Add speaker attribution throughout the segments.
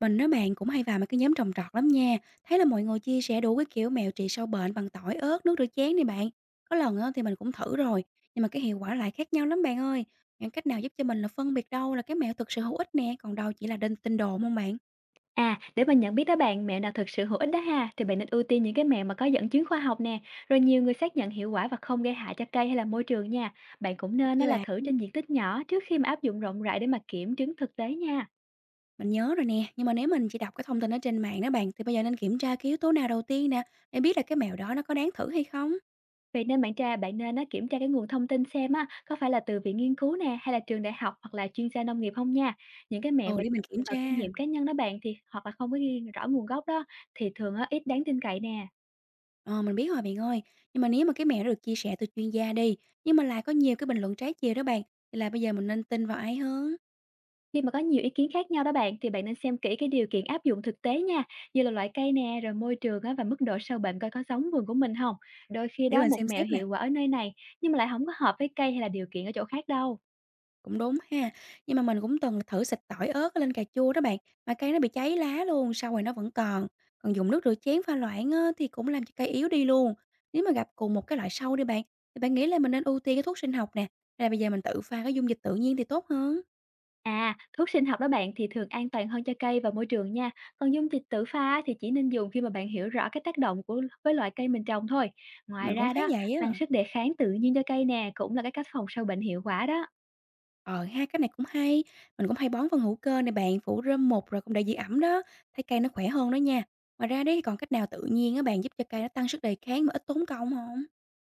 Speaker 1: Mình á bạn cũng hay vào mấy cái nhóm trồng trọt lắm nha. Thấy là mọi người chia sẻ đủ cái kiểu mèo trị sâu bệnh bằng tỏi, ớt, nước rửa chén này bạn. Có lần á, thì mình cũng thử rồi, nhưng mà cái hiệu quả lại khác nhau lắm bạn ơi. Những cách nào giúp cho mình là phân biệt đâu là cái mẹo thực sự hữu ích nè, còn đâu chỉ là đinh tin đồn không bạn?
Speaker 2: À, để mà nhận biết đó bạn, mẹo nào thực sự hữu ích đó ha, thì bạn nên ưu tiên những cái mẹo mà có dẫn chứng khoa học nè, rồi nhiều người xác nhận hiệu quả và không gây hại cho cây hay là môi trường nha. Bạn cũng
Speaker 1: Ok
Speaker 2: nên á là
Speaker 1: bạn,
Speaker 2: thử trên diện tích nhỏ trước khi mà áp dụng rộng rãi để mà kiểm chứng thực tế nha.
Speaker 1: mình nhớ rồi nè. Nhưng mà nếu mình chỉ đọc cái thông tin ở trên mạng đó bạn, thì bây giờ nên kiểm tra cái yếu tố nào đầu tiên nè, để biết là cái mẹo đó nó có đáng thử hay không?
Speaker 2: Vậy nên bạn nên á, kiểm tra cái nguồn thông tin xem á, có phải là từ viện nghiên cứu nè hay là trường đại học hoặc là chuyên gia nông nghiệp không nha. Những cái mẹo
Speaker 1: Ừ,
Speaker 2: mà
Speaker 1: để mình kiểm
Speaker 2: dựa vào
Speaker 1: tra.
Speaker 2: kinh nghiệm cá nhân đó bạn thì hoặc là không có ghi rõ nguồn gốc đó thì thường á, ít đáng tin cậy nè.
Speaker 1: Ờ, mình biết rồi bạn ơi, nhưng mà nếu mà cái mẹo đó được chia sẻ từ chuyên gia đi, nhưng mà lại có nhiều cái bình luận trái chiều đó bạn, thì là bây giờ mình nên tin vào ai hơn?
Speaker 2: Khi mà có nhiều ý kiến khác nhau đó bạn thì bạn nên xem kỹ cái điều kiện áp dụng thực tế nha, như là loại cây nè, rồi môi trường á, và mức độ sâu bệnh coi có giống vườn của mình không. Đôi khi
Speaker 1: Để
Speaker 2: đó
Speaker 1: mình
Speaker 2: một
Speaker 1: xem
Speaker 2: mẹo
Speaker 1: xét nè,
Speaker 2: hiệu quả ở nơi này nhưng mà lại không có hợp với cây hay là điều kiện ở chỗ khác đâu.
Speaker 1: cũng đúng ha. Nhưng mà mình cũng từng thử xịt tỏi ớt lên cà chua đó bạn, mà cây nó bị cháy lá luôn, sau rồi nó vẫn còn. Còn dùng nước rửa chén pha loãng á, thì cũng làm cho cây yếu đi luôn. Nếu mà gặp cùng một cái loại sâu đi bạn, thì bạn nghĩ là mình nên ưu tiên cái thuốc sinh học nè, hay là bây giờ mình tự pha cái dung dịch tự nhiên thì tốt hơn?
Speaker 2: À, thuốc sinh học đó bạn thì thường an toàn hơn cho cây và môi trường nha. Còn dung dịch tự pha thì chỉ nên dùng khi mà bạn hiểu rõ cái tác động của với loại cây mình trồng thôi. Ngoài
Speaker 1: Mình cũng
Speaker 2: ra
Speaker 1: thấy
Speaker 2: đó,
Speaker 1: vậy
Speaker 2: tăng
Speaker 1: á.
Speaker 2: sức đề kháng tự nhiên cho cây nè cũng là cái cách phòng sâu bệnh hiệu quả đó.
Speaker 1: Ờ ha, cách này cũng hay, mình cũng hay bón phân hữu cơ này bạn, phủ rơm mục rồi cũng để giữ ẩm đó, thấy cây nó khỏe hơn đó nha. Ngoài ra đấy thì còn cách nào tự nhiên á bạn giúp cho cây nó tăng sức đề kháng mà ít tốn công không?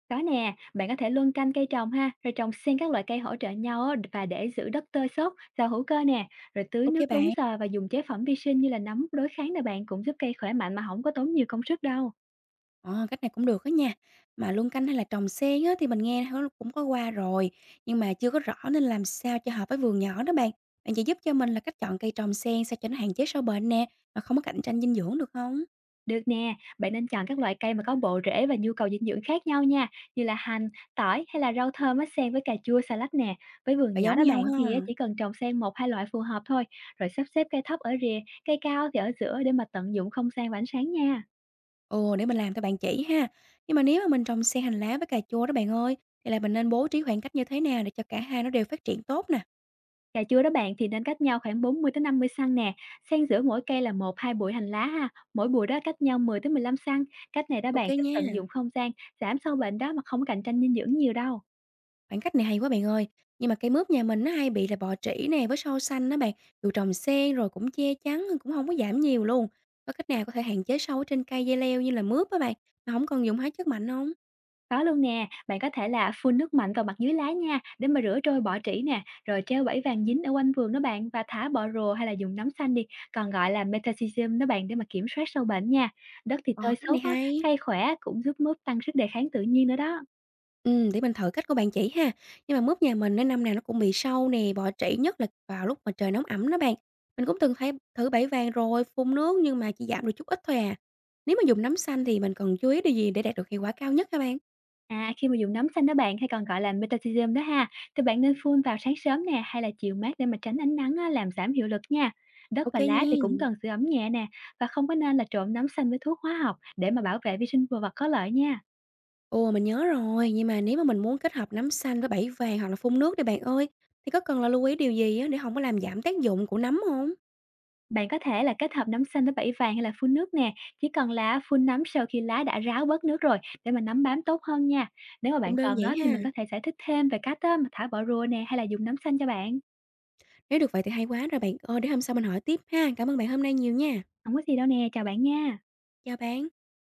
Speaker 2: Có nè, bạn có thể luân canh cây trồng ha, rồi trồng xen các loại cây hỗ trợ nhau á, và để giữ đất tơi xốp, rau hữu cơ nè, rồi tưới
Speaker 1: Ok
Speaker 2: nước đúng
Speaker 1: bạn,
Speaker 2: giờ và dùng chế phẩm vi sinh như là nấm đối kháng nè bạn cũng giúp cây khỏe mạnh mà không có tốn nhiều công sức đâu.
Speaker 1: ờ, cách này cũng được á nha. Mà luân canh hay là trồng xen á thì mình nghe hó cũng có qua rồi, nhưng mà chưa có rõ nên làm sao cho hợp với vườn nhỏ đó bạn. Bạn chỉ giúp cho mình là cách chọn cây trồng xen sao cho nó hạn chế sâu bệnh nè, mà không có cạnh tranh dinh dưỡng được không?
Speaker 2: Được nè, bạn nên chọn các loại cây mà có bộ rễ và nhu cầu dinh dưỡng khác nhau nha, như là hành, tỏi hay là rau thơm á, xen với cà chua salad nè. Với vườn
Speaker 1: Phải
Speaker 2: nhỏ
Speaker 1: giống
Speaker 2: đó
Speaker 1: nhau
Speaker 2: bạn thì á,
Speaker 1: ha.
Speaker 2: chỉ cần trồng xen một hai loại phù hợp thôi, rồi sắp xếp cây thấp ở rìa, cây cao thì ở giữa để mà tận dụng không gian và ánh sáng nha.
Speaker 1: Ồ, để mình làm cho bạn chỉ ha. Nhưng mà nếu mà mình trồng sen hành lá với cà chua đó bạn ơi, thì là mình nên bố trí khoảng cách như thế nào để cho cả hai nó đều phát triển tốt nè?
Speaker 2: Cà chua đó bạn thì nên cách nhau khoảng 40 tới 50 cm nè, xen giữa mỗi cây là một hai bụi hành lá ha, mỗi bụi đó cách nhau 10 tới 15 cm. Cách này đó
Speaker 1: Ok
Speaker 2: bạn sẽ tận dụng
Speaker 1: nha.
Speaker 2: không gian, giảm sâu bệnh đó mà không cạnh tranh dinh dưỡng nhiều đâu.
Speaker 1: Khoảng cách này hay quá bạn ơi. Nhưng mà cây mướp nhà mình nó hay bị là bọ trĩ nè với sâu xanh đó bạn. Dù trồng sen rồi cũng che chắn cũng không có giảm nhiều luôn. Có cách nào có thể hạn chế sâu ở trên cây dây leo như là mướp á bạn mà không còn dùng hóa chất mạnh không?
Speaker 2: Có luôn nè, bạn có thể là phun nước mạnh vào mặt dưới lá nha, để mà rửa trôi bọ trĩ nè, rồi treo bẫy vàng dính ở quanh vườn đó bạn và thả bọ rùa hay là dùng nấm xanh đi, còn gọi là metaxillium đó bạn, để mà kiểm soát sâu bệnh nha. Đất thì
Speaker 1: Ồ,
Speaker 2: tơi
Speaker 1: cách
Speaker 2: xốp
Speaker 1: này
Speaker 2: á,
Speaker 1: hay.
Speaker 2: cây khỏe cũng giúp mướp tăng sức đề kháng tự nhiên nữa đó.
Speaker 1: Ừ để mình thử cách của bạn chỉ ha. Nhưng mà mướp nhà mình á, năm nào nó cũng bị sâu nè, bọ trĩ, nhất là vào lúc mà trời nóng ẩm đó bạn. Mình cũng từng thấy thử bẫy vàng rồi, phun nước nhưng mà chỉ giảm được chút ít thôi à. Nếu mà dùng nấm xanh thì mình cần chú ý điều gì để đạt được hiệu quả cao nhất các bạn?
Speaker 2: À, khi mà dùng nấm xanh đó bạn, hay còn gọi là metathesium đó ha, thì bạn nên phun vào sáng sớm nè, hay là chiều mát để mà tránh ánh nắng á, làm giảm hiệu lực nha. Đất
Speaker 1: Ok
Speaker 2: và
Speaker 1: kê
Speaker 2: lá
Speaker 1: nha.
Speaker 2: thì cũng cần sưởi ấm nhẹ nè, và không có nên là trộn nấm xanh với thuốc hóa học để mà bảo vệ vi sinh vật có lợi nha.
Speaker 1: Ồ, mình nhớ rồi, nhưng mà nếu mà mình muốn kết hợp nấm xanh với bẫy vàng hoặc là phun nước đi bạn ơi, thì có cần là lưu ý điều gì á, để không có làm giảm tác dụng của nấm không?
Speaker 2: Bạn có thể là kết hợp nấm xanh với bẫy vàng hay là phun nước nè, chỉ cần là phun nấm sau khi lá đã ráo bớt nước rồi để mà nấm bám tốt hơn nha. Nếu mà
Speaker 1: Cũng
Speaker 2: bạn
Speaker 1: đơn
Speaker 2: cần
Speaker 1: giản
Speaker 2: đó thì
Speaker 1: ha.
Speaker 2: mình có thể giải thích thêm về cách á, mà thả bỏ rùa nè hay là dùng nấm xanh cho bạn.
Speaker 1: Nếu được vậy thì hay quá rồi bạn ơi, để hôm sau mình hỏi tiếp ha. Cảm ơn bạn hôm nay nhiều nha.
Speaker 2: Không có gì đâu nè, chào bạn nha.
Speaker 1: Chào bạn.